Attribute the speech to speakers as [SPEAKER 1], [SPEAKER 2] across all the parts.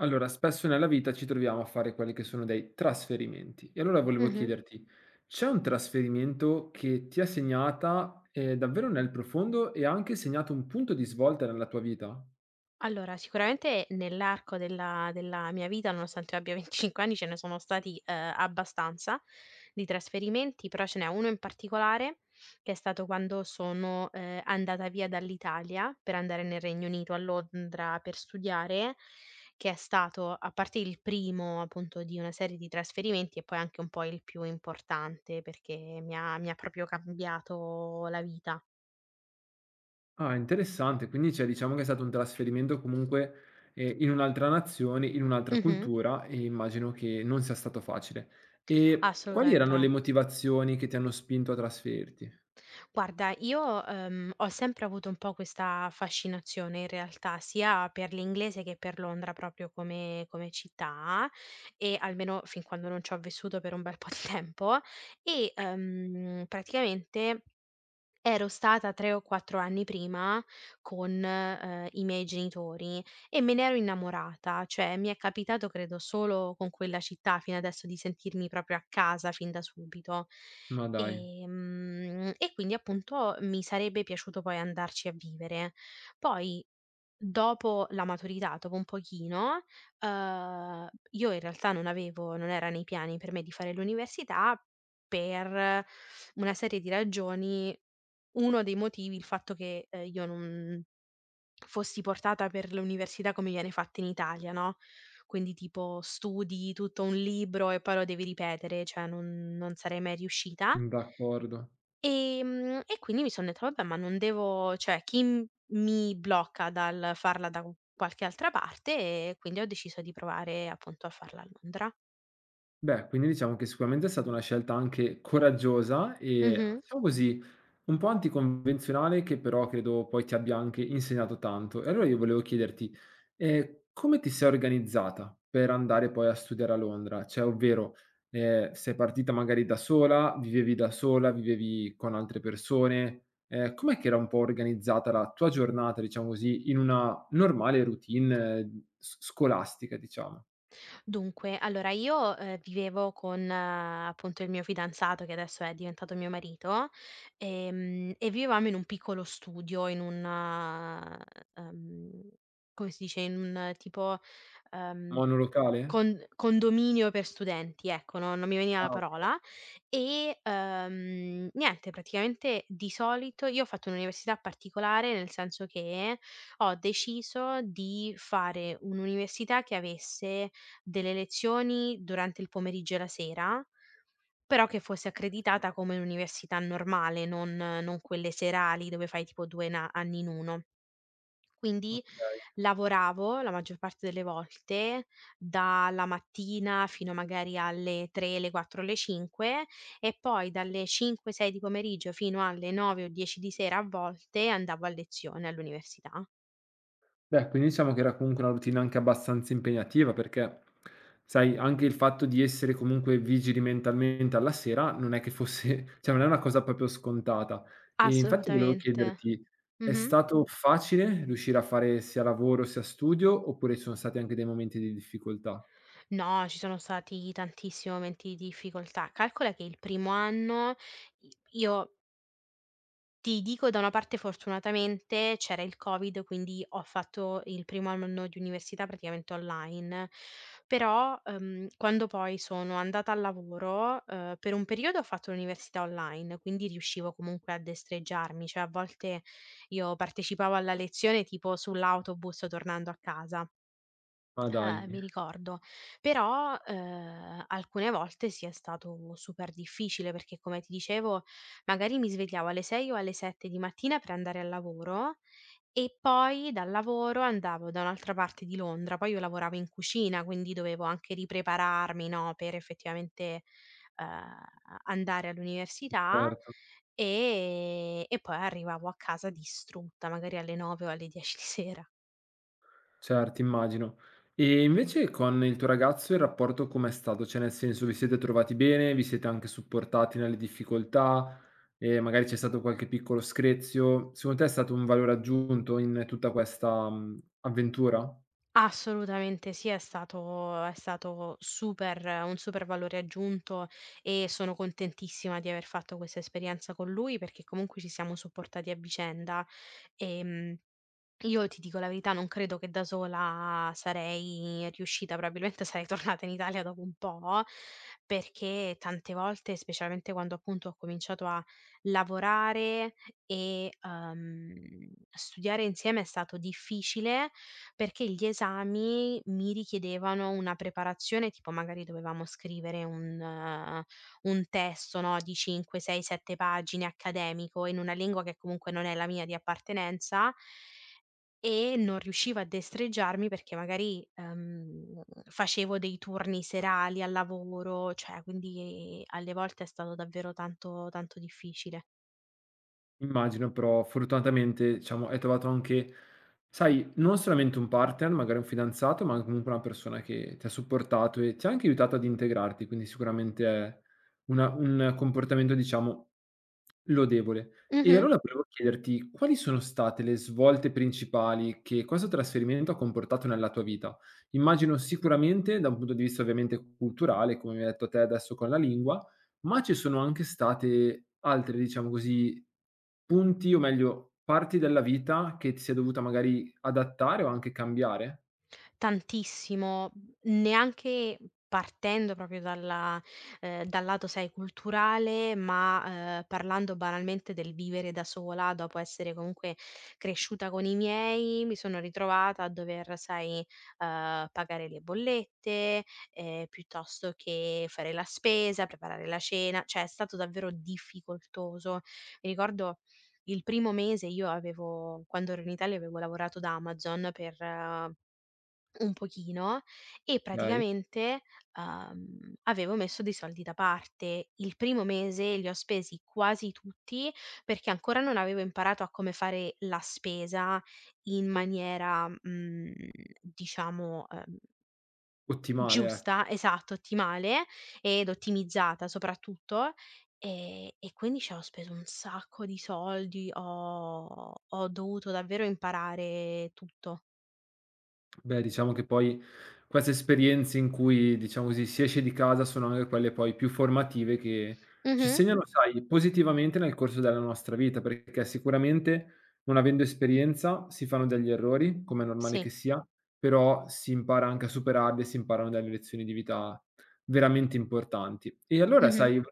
[SPEAKER 1] Allora, spesso nella vita ci troviamo a fare quelli che sono dei trasferimenti e allora volevo
[SPEAKER 2] Mh-mh.
[SPEAKER 1] chiederti, c'è un trasferimento che ti ha segnata, davvero nel profondo e ha anche segnato un punto di svolta nella tua vita?
[SPEAKER 2] Allora, sicuramente nell'arco della mia vita, nonostante io abbia 25 anni, ce ne sono stati, abbastanza di trasferimenti, però ce n'è uno in particolare che è stato quando sono, andata via dall'Italia per andare nel Regno Unito, a Londra per studiare, che è stato, a parte il primo, appunto, di una serie di trasferimenti e poi anche un po' il più importante, perché mi ha proprio cambiato la vita.
[SPEAKER 1] Ah, interessante, quindi cioè diciamo che è stato un trasferimento comunque, in un'altra nazione, in un'altra
[SPEAKER 2] Mh-mh.
[SPEAKER 1] cultura e immagino che non sia stato facile. E quali
[SPEAKER 2] Assolutamente
[SPEAKER 1] erano le
[SPEAKER 2] no.
[SPEAKER 1] motivazioni che ti hanno spinto a trasferirti?
[SPEAKER 2] Guarda, io, ho sempre avuto un po' questa fascinazione, in realtà, sia per l'inglese che per Londra, proprio come città, e almeno fin quando non ci ho vissuto per un bel po' di tempo. E, praticamente, ero stata 3 o 4 anni prima con, i miei genitori, e me ne ero innamorata, cioè mi è capitato credo solo con quella città fino adesso di sentirmi proprio a casa fin da subito.
[SPEAKER 1] Ma dai,
[SPEAKER 2] E quindi, appunto, mi sarebbe piaciuto poi andarci a vivere. Poi, dopo la maturità, dopo un pochino, io in realtà non era nei piani per me di fare l'università, per una serie di ragioni. Uno dei motivi, il fatto che, io non fossi portata per l'università come viene fatta in Italia, no, quindi tipo studi tutto un libro e poi lo devi ripetere, cioè non sarei mai riuscita.
[SPEAKER 1] d'accordo.
[SPEAKER 2] E quindi mi son detta: "Vabbè, ma non devo, cioè chi m mi blocca dal farla da qualche altra parte?" E quindi ho deciso di provare, appunto, a farla a Londra.
[SPEAKER 1] Beh, quindi diciamo che sicuramente è stata una scelta anche coraggiosa e,
[SPEAKER 2] Mh-mh.
[SPEAKER 1] diciamo così, un po' anticonvenzionale che però credo poi ti abbia anche insegnato tanto. E allora io volevo chiederti, come ti sei organizzata per andare poi a studiare a Londra? Cioè, ovvero, sei partita magari da sola, vivevi con altre persone? Com'è che era un po' organizzata la tua giornata, diciamo così, in una normale routine s scolastica, diciamo?
[SPEAKER 2] Dunque, allora io, vivevo con, appunto, il mio fidanzato, che adesso è diventato mio marito, e vivevamo in un piccolo studio, in un come si dice, in un tipo, ehm
[SPEAKER 1] Monolocale?
[SPEAKER 2] con condominio per studenti, ecco, no non mi veniva la
[SPEAKER 1] Ah, oka
[SPEAKER 2] parola. E, niente, praticamente, di solito, io ho fatto un'università particolare, nel senso che ho deciso di fare un'università che avesse delle lezioni durante il pomeriggio e la sera, però che fosse accreditata
[SPEAKER 1] Ah,
[SPEAKER 2] come un'università normale, non quelle serali dove fai tipo 2 na anni in 1. Quindi
[SPEAKER 1] okay.
[SPEAKER 2] lavoravo la maggior parte delle volte dalla mattina fino magari alle 3, le 4, le 5, e poi dalle 5, 6 di pomeriggio fino alle 9 o 10 di sera a volte andavo a lezione all'università.
[SPEAKER 1] Beh, quindi diciamo che era comunque una routine anche abbastanza impegnativa, perché sai anche il fatto di essere comunque vigili mentalmente alla sera non è che fosse cioè non è una cosa proprio scontata. E infatti volevo
[SPEAKER 2] Assolutamente.
[SPEAKER 1] chiederti: è
[SPEAKER 2] Mh-mh.
[SPEAKER 1] stato facile riuscire a fare sia lavoro sia studio, oppure ci sono stati anche dei momenti di difficoltà?
[SPEAKER 2] No, ci sono stati tantissimi momenti di difficoltà. Calcola che il primo anno, i io ti dico, da una parte, fortunatamente, c'era il Covid, quindi ho fatto il primo anno di università praticamente online, però, quando poi sono andata al lavoro, per un periodo ho fatto l'università online, quindi riuscivo comunque a destreggiarmi, cioè a volte io partecipavo alla lezione tipo sull'autobus tornando a casa.
[SPEAKER 1] Ah dai,
[SPEAKER 2] Mi ricordo. Però, alcune volte sì, è stato super difficile, perché, come ti dicevo, magari mi svegliavo alle 6 o alle 7 di mattina per andare al lavoro, e poi dal lavoro andavo da un'altra parte di Londra. Poi io lavoravo in cucina, quindi dovevo anche riprepararmi, no, per effettivamente, ehm, andare all'università,
[SPEAKER 1] certo.
[SPEAKER 2] e poi arrivavo a casa distrutta, magari alle 9 o alle 10 di sera.
[SPEAKER 1] Certo, immagino. E invece con il tuo ragazzo il rapporto com'è stato? Cioè nel senso vi siete trovati bene, vi siete anche supportati nelle difficoltà, e magari c'è stato qualche piccolo screzio. Secondo te è stato un valore aggiunto in tutta questa, avventura?
[SPEAKER 2] Assolutamente sì, è stato super un super valore aggiunto, e sono contentissima di aver fatto questa esperienza con lui, perché comunque ci siamo supportati a vicenda. ehm io ti dico la verità, non credo che da sola sarei riuscita, probabilmente sarei tornata in Italia dopo un po', perché tante volte, specialmente quando, appunto, ho cominciato a lavorare e studiare insieme, è stato difficile, perché gli esami mi richiedevano una preparazione, tipo magari dovevamo scrivere un testo, no, di 5, 6, 7 pagine accademico in una lingua che comunque non è la mia di appartenenza, e non riusciva a destreggiarmi perché magari, facevo dei turni serali al lavoro, cioè, quindi, alle volte è stato davvero tanto, tanto difficile.
[SPEAKER 1] Immagino, però fortunatamente, diciamo, hai trovato anche, sai, non solamente un partner, magari un fidanzato, ma comunque una persona che ti ha supportato e ti ha anche aiutato ad integrarti, quindi sicuramente è un comportamento, diciamo, lodevole. E
[SPEAKER 2] Mh-mh.
[SPEAKER 1] allora volevo chiederti quali sono state le svolte principali che questo trasferimento ha comportato nella tua vita? Immagino sicuramente da un punto di vista ovviamente culturale, come mi hai detto te adesso con la lingua, ma ci sono anche state altre, diciamo così, punti o meglio parti della vita che ti sei dovuta magari adattare o anche cambiare,
[SPEAKER 2] Tantissimo, neanche partendo proprio dal lato, sai, culturale, ma, parlando banalmente del vivere da sola, dopo essere comunque cresciuta con i miei, mi sono ritrovata a dover, sai, pagare le bollette, piuttosto che fare la spesa, preparare la cena, cioè è stato davvero difficoltoso. Mi ricordo, il primo mese, io avevo quando ero in Italia avevo lavorato da Amazon per un pochino, e
[SPEAKER 1] okay?
[SPEAKER 2] praticamente, avevo messo dei soldi da parte. Il primo mese li ho spesi quasi tutti, perché ancora non avevo imparato a come fare la spesa in maniera, mhmm, diciamo,
[SPEAKER 1] Ottimale, ecco.
[SPEAKER 2] giusta, esatto, ottimale ed ottimizzata, soprattutto, e quindi, cioè, ho speso un sacco di soldi, ho dovuto davvero imparare tutto.
[SPEAKER 1] Beh, diciamo che poi queste esperienze in cui, diciamo così, si esce di casa sono anche quelle poi più formative che ci
[SPEAKER 2] Mh-mh.
[SPEAKER 1] segnano. Sai, positivamente nel corso della nostra vita, perché sicuramente non avendo esperienza si fanno degli errori, come è normale
[SPEAKER 2] Sì.
[SPEAKER 1] che sia, però si impara anche a superarli e si imparano delle lezioni di vita veramente importanti. E allora
[SPEAKER 2] Mh-mh.
[SPEAKER 1] sai.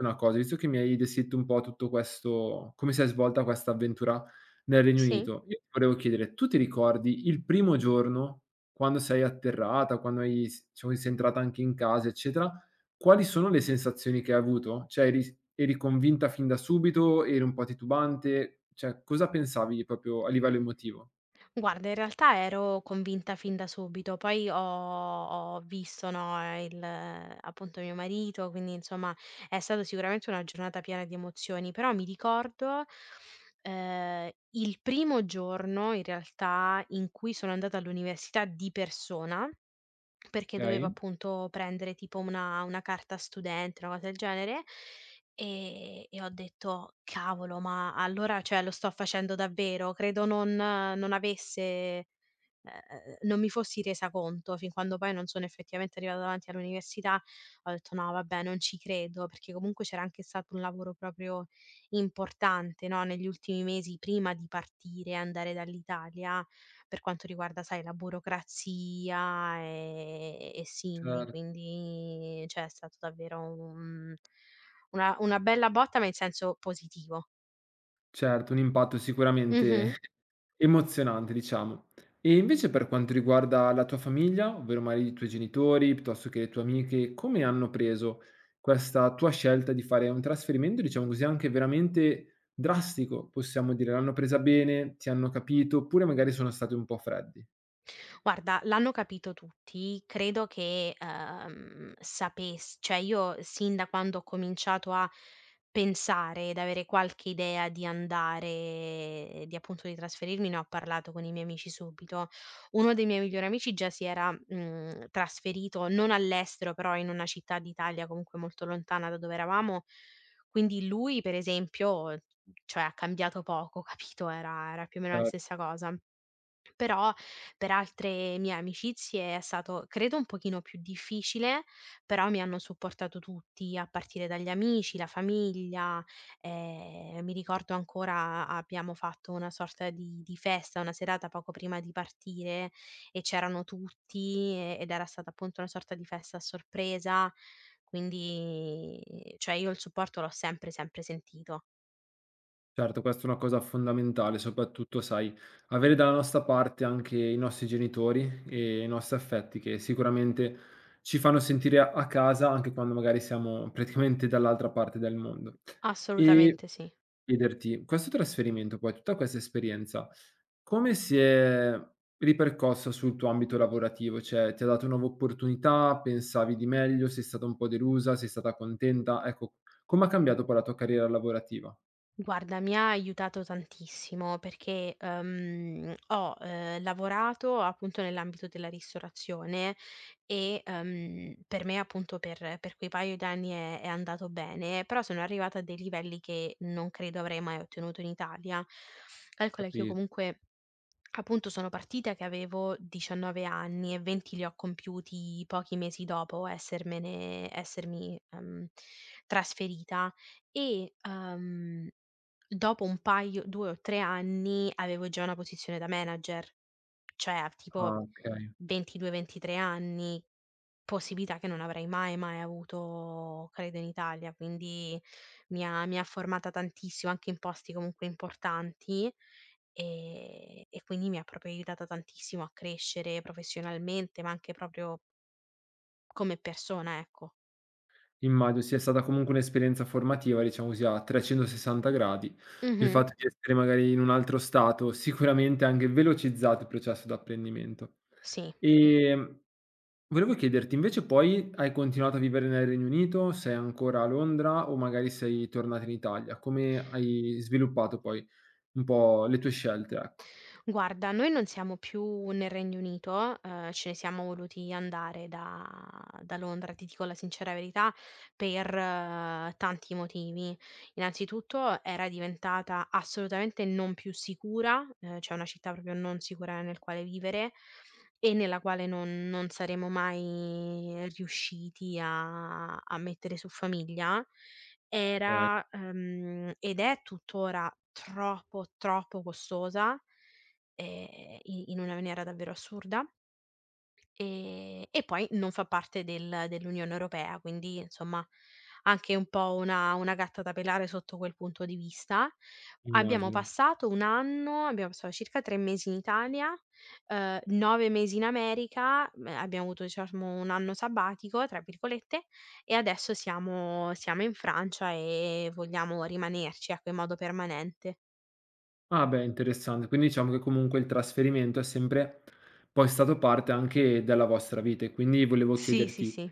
[SPEAKER 1] Una cosa, visto che mi hai descritto un po' tutto questo come si è svolta questa avventura nel Regno
[SPEAKER 2] Sì?
[SPEAKER 1] Unito. Io ti volevo chiedere, tu ti ricordi il primo giorno, quando sei atterrata, quando hai s diciamo sei entrata anche in casa, eccetera, quali sono le sensazioni che hai avuto? Cioè eri convinta fin da subito, eri un po' titubante? Cioè, cosa pensavi proprio a livello emotivo?
[SPEAKER 2] Guarda, in realtà ero convinta fin da subito, poi ho visto, no, il, appunto, mio marito, quindi, insomma, è stata sicuramente una giornata piena di emozioni, però mi ricordo, il primo giorno in realtà in cui sono andata all'università di persona, perché dovevo,
[SPEAKER 1] Okay,
[SPEAKER 2] appunto, prendere tipo una carta studente, una cosa del genere, e ho detto: "Cavolo, ma allora, cioè, lo sto facendo davvero?" Credo non mi fossi resa conto fin quando poi non sono effettivamente arrivata davanti all'università, ho detto: "No, vabbè, non ci credo", perché comunque c'era anche stato un lavoro proprio importante, no, negli ultimi mesi prima di partire e andare dall'Italia, per quanto riguarda, sai, la burocrazia, e simili.
[SPEAKER 1] cer
[SPEAKER 2] Quindi, cioè, è stato davvero un una bella botta, ma in senso positivo.
[SPEAKER 1] certo, un impatto sicuramente
[SPEAKER 2] Mh-mh.
[SPEAKER 1] emozionante, diciamo. E invece per quanto riguarda la tua famiglia, ovvero magari i tuoi genitori, piuttosto che le tue amiche, come hanno preso questa tua scelta di fare un trasferimento, diciamo così, anche veramente drastico, possiamo dire? L'hanno presa bene? Ti hanno capito? Oppure magari sono stati un po' freddi?
[SPEAKER 2] Guarda, l'hanno capito tutti. Credo che, sapess cioè io, sin da quando ho cominciato a pensare ed avere qualche idea di andare di appunto di trasferirmi, ne ho parlato con i miei amici subito. Uno dei miei migliori amici già si era, trasferito, non all'estero, però in una città d'Italia comunque molto lontana da dove eravamo, quindi lui, per esempio, cioè, ha cambiato poco, capito, era più o meno la
[SPEAKER 1] Eh,
[SPEAKER 2] stessa cosa. Però per altre mie amicizie è stato, credo, un pochino più difficile, però mi hanno supportato tutti, a partire dagli amici, la famiglia. Mi ricordo ancora, abbiamo fatto una sorta di festa, una serata poco prima di partire, e c'erano tutti, ed era stata, appunto, una sorta di festa a sorpresa, quindi, cioè, io il supporto l'ho sempre, sempre sentito.
[SPEAKER 1] Certo, questa è una cosa fondamentale, soprattutto, sai, avere dalla nostra parte anche i nostri genitori e i nostri affetti che sicuramente ci fanno sentire a casa anche quando magari siamo praticamente dall'altra parte del mondo. E
[SPEAKER 2] Assolutamente sì.
[SPEAKER 1] chiederti, questo trasferimento poi, tutta questa esperienza, come si è ripercossa sul tuo ambito lavorativo? Cioè, ti ha dato nuove opportunità? Pensavi di meglio? Sei stata un po' delusa? Sei stata contenta? Ecco, come ha cambiato poi la tua carriera lavorativa?
[SPEAKER 2] Guarda, mi ha aiutato tantissimo, perché, ho, lavorato, appunto, nell'ambito della ristorazione, e, per me, appunto, per quei paio d'anni è andato bene, però sono arrivata a dei livelli che non credo avrei mai ottenuto in Italia. Calcola che io
[SPEAKER 1] Capi
[SPEAKER 2] comunque, appunto, sono partita che avevo 19 anni, e 20 li ho compiuti pochi mesi dopo essermene essermi, trasferita, e, dopo un paio 2 o 3 anni avevo già una posizione da manager. Cioè, a
[SPEAKER 1] Ah,
[SPEAKER 2] tipo
[SPEAKER 1] okay.
[SPEAKER 2] 22, 23 anni, possibilità che non avrei mai, mai avuto, credo, in Italia. Quindi mi ha formata tantissimo, anche in posti comunque importanti, e quindi mi ha proprio aiutata tantissimo a crescere professionalmente, ma anche proprio come persona, ecco.
[SPEAKER 1] Immagino sia stata comunque un'esperienza formativa, diciamo così, a 360 gradi. Il
[SPEAKER 2] Mh-mh.
[SPEAKER 1] fatto di essere magari in un altro stato, sicuramente ha anche velocizzato il processo d'apprendimento.
[SPEAKER 2] Sì.
[SPEAKER 1] Ehm, volevo chiederti invece poi hai continuato a vivere nel Regno Unito? Sei ancora a Londra o magari sei tornata in Italia? Come hai sviluppato poi un po' le tue scelte, ecco.
[SPEAKER 2] Guarda, noi non siamo più nel Regno Unito, ce ne siamo voluti andare da Londra, ti dico la sincera verità, per tanti motivi. Innanzitutto, era diventata assolutamente non più sicura, cioè una città proprio non sicura nel quale vivere, e nella quale non saremo mai riusciti a mettere su famiglia.
[SPEAKER 1] Okay,
[SPEAKER 2] Era, ed è tuttora, troppo, troppo costosa, i in una maniera davvero assurda, e poi non fa parte dell'Unione Europea, quindi, insomma, anche un po' una gatta da pelare sotto quel punto di vista. Abbiamo
[SPEAKER 1] immagino.
[SPEAKER 2] passato 1 anno Abbiamo passato circa 3 mesi in Italia, 9 mesi in America, mhmm, abbiamo avuto, diciamo, "un anno sabbatico" tra virgolette, e adesso siamo in Francia e vogliamo rimanerci, ecco, in modo permanente.
[SPEAKER 1] Ah beh, interessante. Quindi diciamo che comunque il trasferimento è sempre poi stato parte anche della vostra vita e quindi volevo
[SPEAKER 2] Sì, sì,
[SPEAKER 1] chiederti
[SPEAKER 2] sì.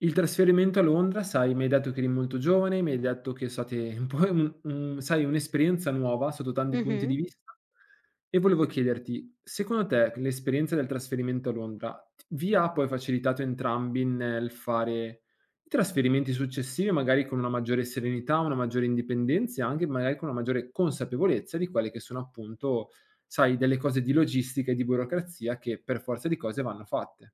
[SPEAKER 1] il trasferimento a Londra, sai, mi hai detto che eri molto giovane, mi hai detto che è state un po' un sai, un'esperienza nuova sotto tanti punti
[SPEAKER 2] Mh-mh.
[SPEAKER 1] di vista, e volevo chiederti: secondo te l'esperienza del trasferimento a Londra t vi ha poi facilitato entrambi nel fare i trasferimenti successivi, magari con una maggiore serenità, una maggiore indipendenza e anche magari con una maggiore consapevolezza di quelle che sono appunto, sai, delle cose di logistica e di burocrazia che per forza di cose vanno fatte?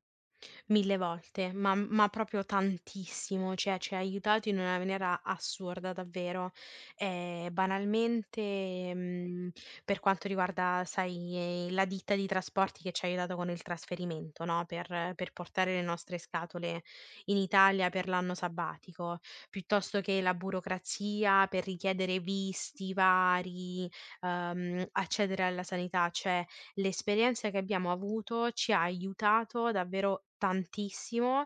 [SPEAKER 2] 1000 volte, ma proprio tantissimo, cioè ci ha aiutato in una maniera assurda davvero. Banalmente, mhmm, per quanto riguarda, sai, la ditta di trasporti che ci ha aiutato con il trasferimento, no, per portare le nostre scatole in Italia per l'anno sabbatico, piuttosto che la burocrazia per richiedere visti vari, accedere alla sanità, cioè l'esperienza che abbiamo avuto ci ha aiutato davvero tantissimo,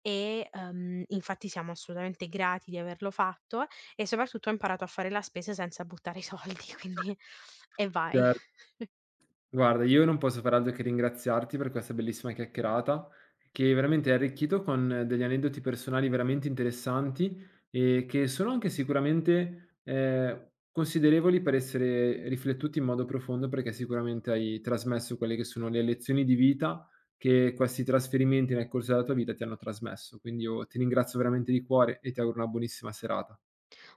[SPEAKER 2] e, infatti siamo assolutamente grati di averlo fatto, e soprattutto ho imparato a fare la spesa senza buttare i soldi, quindi e vai.
[SPEAKER 1] Cioè, guarda, io non posso far altro che ringraziarti per questa bellissima chiacchierata, che veramente è arricchito con degli aneddoti personali veramente interessanti e che sono anche sicuramente considerevoli per essere riflettuti in modo profondo, perché sicuramente hai trasmesso quelle che sono le lezioni di vita che questi trasferimenti nel corso della tua vita ti hanno trasmesso. Quindi io ti ringrazio veramente di cuore e ti auguro una buonissima serata.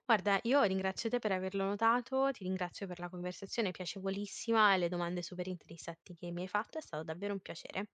[SPEAKER 2] Guarda, io ringrazio te per averlo notato, ti ringrazio per la conversazione piacevolissima e le domande super interessanti che mi hai fatto, è stato davvero un piacere.